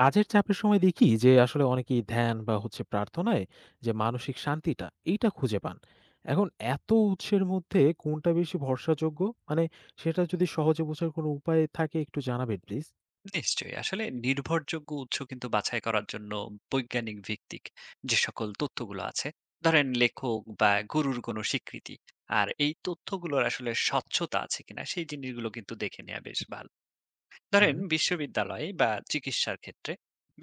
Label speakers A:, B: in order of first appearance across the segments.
A: কাজের চাপের সময় দেখি যে আসলে অনেকেই ধ্যান বা হচ্ছে প্রার্থনায় যে মানসিক শান্তিটা এইটা খুঁজে পান। এখন এত উৎসের মধ্যে কোনটা বেশি ভরসাযোগ্য? মানে সেটা যদি সহজে বোঝার কোনো উপায় থাকে একটু জানাবেন প্লিজ।
B: নিশ্চয়ই। আসলে নির্ভরযোগ্য উৎস কিন্তু বাছাই করার জন্য বৈজ্ঞানিক ভিত্তিক যে সকল তথ্যগুলো আছে, ধরেন লেখক বা গুরুর কোনো স্বীকৃতি। আর এই তথ্যগুলোর আসলে স্বচ্ছতা আছে কিনা সেই জিনিসগুলো কিন্তু দেখে নেওয়া বেশ ভালো। ধরেন
A: হুম।
B: বিশ্ববিদ্যালয় বা চিকিৎসার ক্ষেত্রে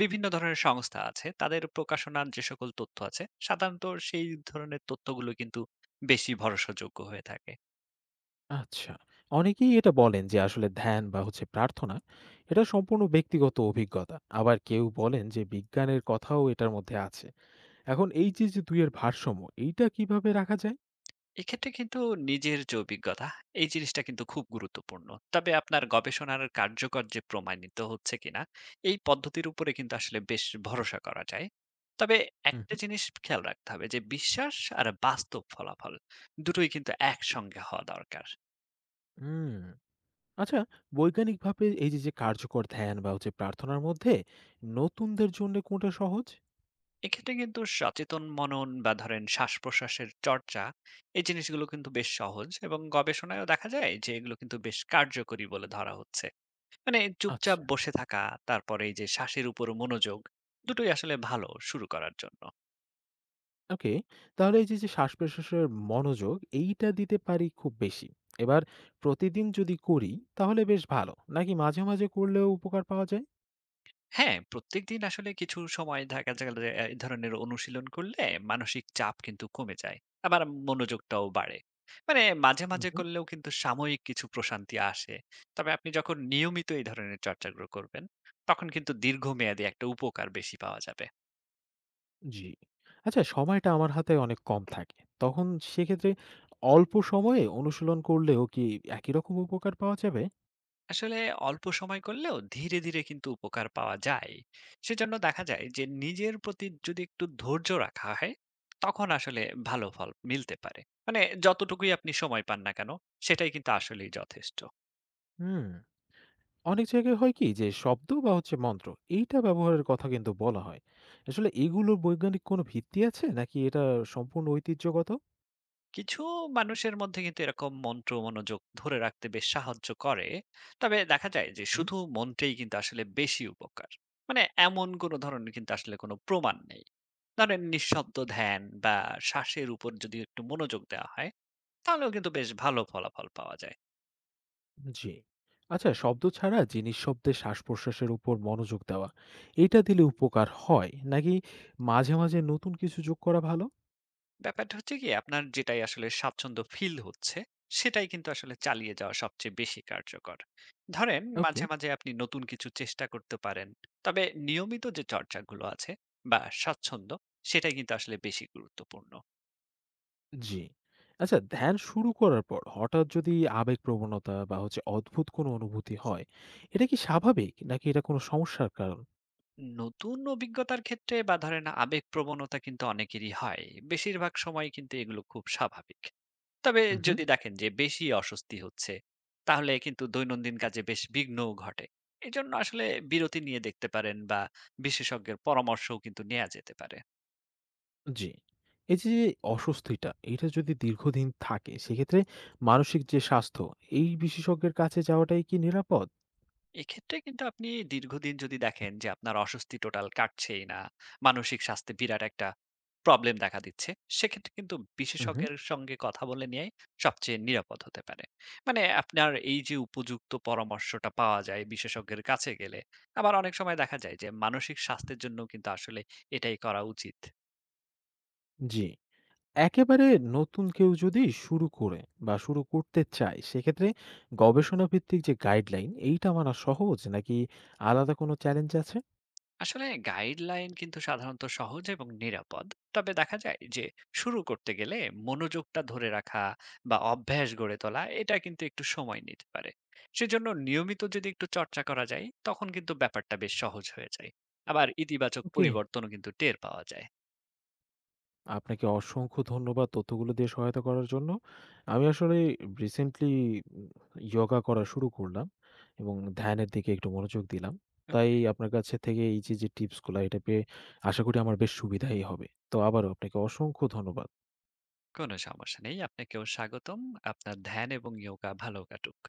B: বিভিন্ন ধরনের সংস্থা আছে, তাদের প্রকাশনার যে সকল তথ্য আছে সাধারণত সেই ধরনের তথ্যগুলো কিন্তু বেশি ভরসাযোগ্য হয়ে থাকে।
A: আচ্ছা, অনেকেই এটা বলেন যে আসলে ধ্যান বা হচ্ছে প্রার্থনা এটা সম্পূর্ণ ব্যক্তিগত অভিজ্ঞতা, আবার কেউ বলেন যে বিজ্ঞানের কথাও এটার মধ্যে আছে। এখন এই যে যে দুইয়ের ভারসাম্য এইটা কিভাবে রাখা যায়?
B: এক্ষেত্রে কিন্তু নিজের যে অভিজ্ঞতা এই জিনিসটা কিন্তু খুব গুরুত্বপূর্ণ। তবে আপনার গবেষণার কার্যকর যে প্রমাণিত হচ্ছে কিনা এই পদ্ধতির উপরে কিন্তু আসলে বেশ ভরসা করা যায়। তবে
A: হুম।
B: একটা জিনিস খেয়াল রাখতে হবে যে বিশ্বাস আর বাস্তব ফলাফল দুটোই কিন্তু একসঙ্গে হওয়া দরকার।
A: হুম। আচ্ছা, বৈজ্ঞানিকভাবে এই যে কার্যকর ধ্যান বা হচ্ছে প্রার্থনার মধ্যে নতুনদের জন্যে কোনটা সহজ?
B: এক্ষেত্রে কিন্তু সচেতন মনন বা ধরেন শ্বাস প্রশ্বাসের চর্চা এই জিনিসগুলো কিন্তু বেশ সহজ এবং গবেষণায়ও দেখা যায় যে এগুলো কিন্তু বেশ কার্যকরী বলে ধরা হচ্ছে। মানে চুপচাপ
A: আচ্ছা।
B: বসে থাকা, তারপরে এই যে শ্বাসের উপর মনোযোগ, দুটোই আসলে ভালো শুরু করার জন্য।
A: ওকে। তাহলে এই যে শ্বাসপ্রশ্বাসের মনোযোগ এইটা দিতে পারি খুব বেশি। এবার প্রতিদিন যদি করি তাহলে বেশ ভালো। নাকি মাঝে, মাঝে করলেও উপকার পাওয়া যায়?
B: হ্যাঁ, প্রত্যেকদিন আসলে কিছু সময় দেখা যায় যে এই ধরনের অনুশীলন করলে মানসিক চাপ কিন্তু কমে যায়, আবার মনোযোগটাও বাড়ে। মানে মাঝে
A: হুম,
B: মাঝে
A: হুম।
B: করলেও কিন্তু সাময়িক কিছু প্রশান্তি আসে। তবে আপনি যখন নিয়মিত এই ধরনের চর্চাগুলো করবেন তখন কিন্তু দীর্ঘমেয়াদী একটা উপকার বেশি পাওয়া যাবে।
A: জি। আচ্ছা, সময়টা আমার হাতে অনেক কম থাকে। তখন সেক্ষেত্রে অল্প সময়ে অনুশীলন করলেও কি একই রকম উপকার পাওয়া যাবে?
B: আসলে অল্প সময় করলেও ধীরে ধীরে কিন্তু উপকার পাওয়া যায়। সেজন্য দেখা যায় যে নিজের প্রতি যদি একটু ধৈর্য রাখা হয় তখন আসলে ভালো ফল মিলতে পারে। মানে যতটুকুই আপনি সময় পান না কেন, সেটাই কিন্তু আসলেই যথেষ্ট।
A: হুম। অনেক জায়গায় হয় কি যে শব্দ বা হচ্ছে মন্ত্র এইটা ব্যবহারের কথা কিন্তু বলা হয়। আসলে এগুলোর বৈজ্ঞানিক কোনো ভিত্তি আছে নাকি এটা সম্পূর্ণ ঐতিহ্যগত?
B: কিছু মানুষের মধ্যে কিন্তু এরকম মন্ত্র মনোযোগ ধরে রাখতে বেশ সাহায্য করে। তবে দেখা যায় যে
A: হুম,
B: শুধু মন্ত্রেই কিন্তু আসলে বেশি উপকার, মানে এমন কোনো ধরনের কিন্তু আসলে কোনো প্রমাণ নেই। ধরেন নিঃশব্দ ধ্যান বা শ্বাসের উপর যদি একটু মনোযোগ দেওয়া হয় তাহলেও কিন্তু বেশ ভালো ফলাফল পাওয়া যায়।
A: জি। আচ্ছা, শব্দ ছাড়া জিনিস শব্দে শ্বাস প্রশ্বাসের উপর মনোযোগ দেওয়া, এটা দিলে উপকার হয় নাকি মাঝে মাঝে নতুন কিছু যোগ করা ভালো?
B: ব্যাপারটা হচ্ছে কি, আপনার যেটাই আসলে স্বাচ্ছন্দ্য ফিল হচ্ছে, সেটাই কিন্তু আসলে চালিয়ে যাওয়া সবচেয়ে বেশি কার্যকর। ধরেন
A: ওকে।
B: মাঝে, মাঝে আপনি নতুন কিছু চেষ্টা করতে পারেন। তবে নিয়মিত যে চর্চাগুলো আছে বা স্বাচ্ছন্দ্য, সেটাই কিন্তু আসলে বেশি গুরুত্বপূর্ণ।
A: জি। আচ্ছা, ধ্যান শুরু করার পর হঠাৎ যদি আবেগ প্রবণতা বা হচ্ছে অদ্ভুত কোনো অনুভূতি হয়, এটা কি স্বাভাবিক নাকি এটা কোনো সমস্যার কারণ?
B: নতুন অভিজ্ঞতার ক্ষেত্রে বা ধরেন আবেগপ্রবণতা কিন্তু অনেকেরই হয়। বেশিরভাগ সময় কিন্তু এগুলো খুব স্বাভাবিক। তবে
A: হুম।
B: যদি দেখেন যে বেশি অস্বস্তি হচ্ছে তাহলে কিন্তু দৈনন্দিন কাজে বেশ বিঘ্নও ঘটে। এজন্য আসলে বিরতি নিয়ে দেখতে পারেন বা বিশেষজ্ঞের পরামর্শও কিন্তু নেওয়া যেতে পারে।
A: জি। এই যে অস্বস্তিটা, এটা যদি দীর্ঘদিন থাকে সেক্ষেত্রে মানসিক যে স্বাস্থ্য, এই বিশেষজ্ঞের কাছে যাওয়াটাই কি নিরাপদ?
B: এক্ষেত্রে কিন্তু আপনি দীর্ঘদিন যদি দেখেন যে আপনার অস্বস্তি টোটাল কাটছেই না, মানসিক স্বাস্থ্যে বিরাট একটা প্রবলেম দেখা দিচ্ছে, সেক্ষেত্রে কিন্তু
A: হুম, হুম।
B: বিশেষজ্ঞের সঙ্গে কথা বলে নেয়াই সবচেয়ে নিরাপদ হতে পারে। মানে আপনার এই যে উপযুক্ত পরামর্শটা পাওয়া যায় বিশেষজ্ঞের কাছে গেলে, আবার অনেক সময় দেখা যায় যে মানসিক স্বাস্থ্যের জন্য কিন্তু আসলে এটাই করা উচিত।
A: জি। একেবারে নতুন কেউ যদি শুরু করে বা শুরু করতে চায় সেক্ষেত্রে গবেষণা ভিত্তিক যে গাইডলাইন এইটা মানা সহজ নাকি আলাদা কোনো চ্যালেঞ্জ আছে?
B: আসলে গাইডলাইন কিন্তু সাধারণত সহজ এবং নিরাপদ। তবে দেখা যায় যে শুরু করতে গেলে মনোযোগটা ধরে রাখা বা অভ্যাস গড়ে তোলা এটা কিন্তু একটু সময় নিতে পারে। সেজন্য নিয়মিত যদি একটু চর্চা করা যায় তখন কিন্তু ব্যাপারটা বেশ সহজ হয়ে যায়, আবার ইতিবাচক
A: ওকে।
B: পরিবর্তনও কিন্তু টের পাওয়া যায়।
A: আপনাকে অসংখ্য ধন্যবাদ তথ্যগুলো দিয়ে সহায়তা করার জন্য। আমি আসলে রিসেন্টলি উম যোগা করা শুরু করলাম এবং ধ্যানের দিকে একটু মনোযোগ দিলাম।
B: উম,
A: তাই আপনার কাছে থেকে এই যে টিপসগুলা এটা পেয়ে আশা করি আমার বেশ সুবিধাই হবে। তো আবারও আপনাকে অসংখ্য ধন্যবাদ।
B: কোনো সমস্যা নেই, আপনাকেও স্বাগতম। আপনার ধ্যান এবং যোগা ভালো কাটুক।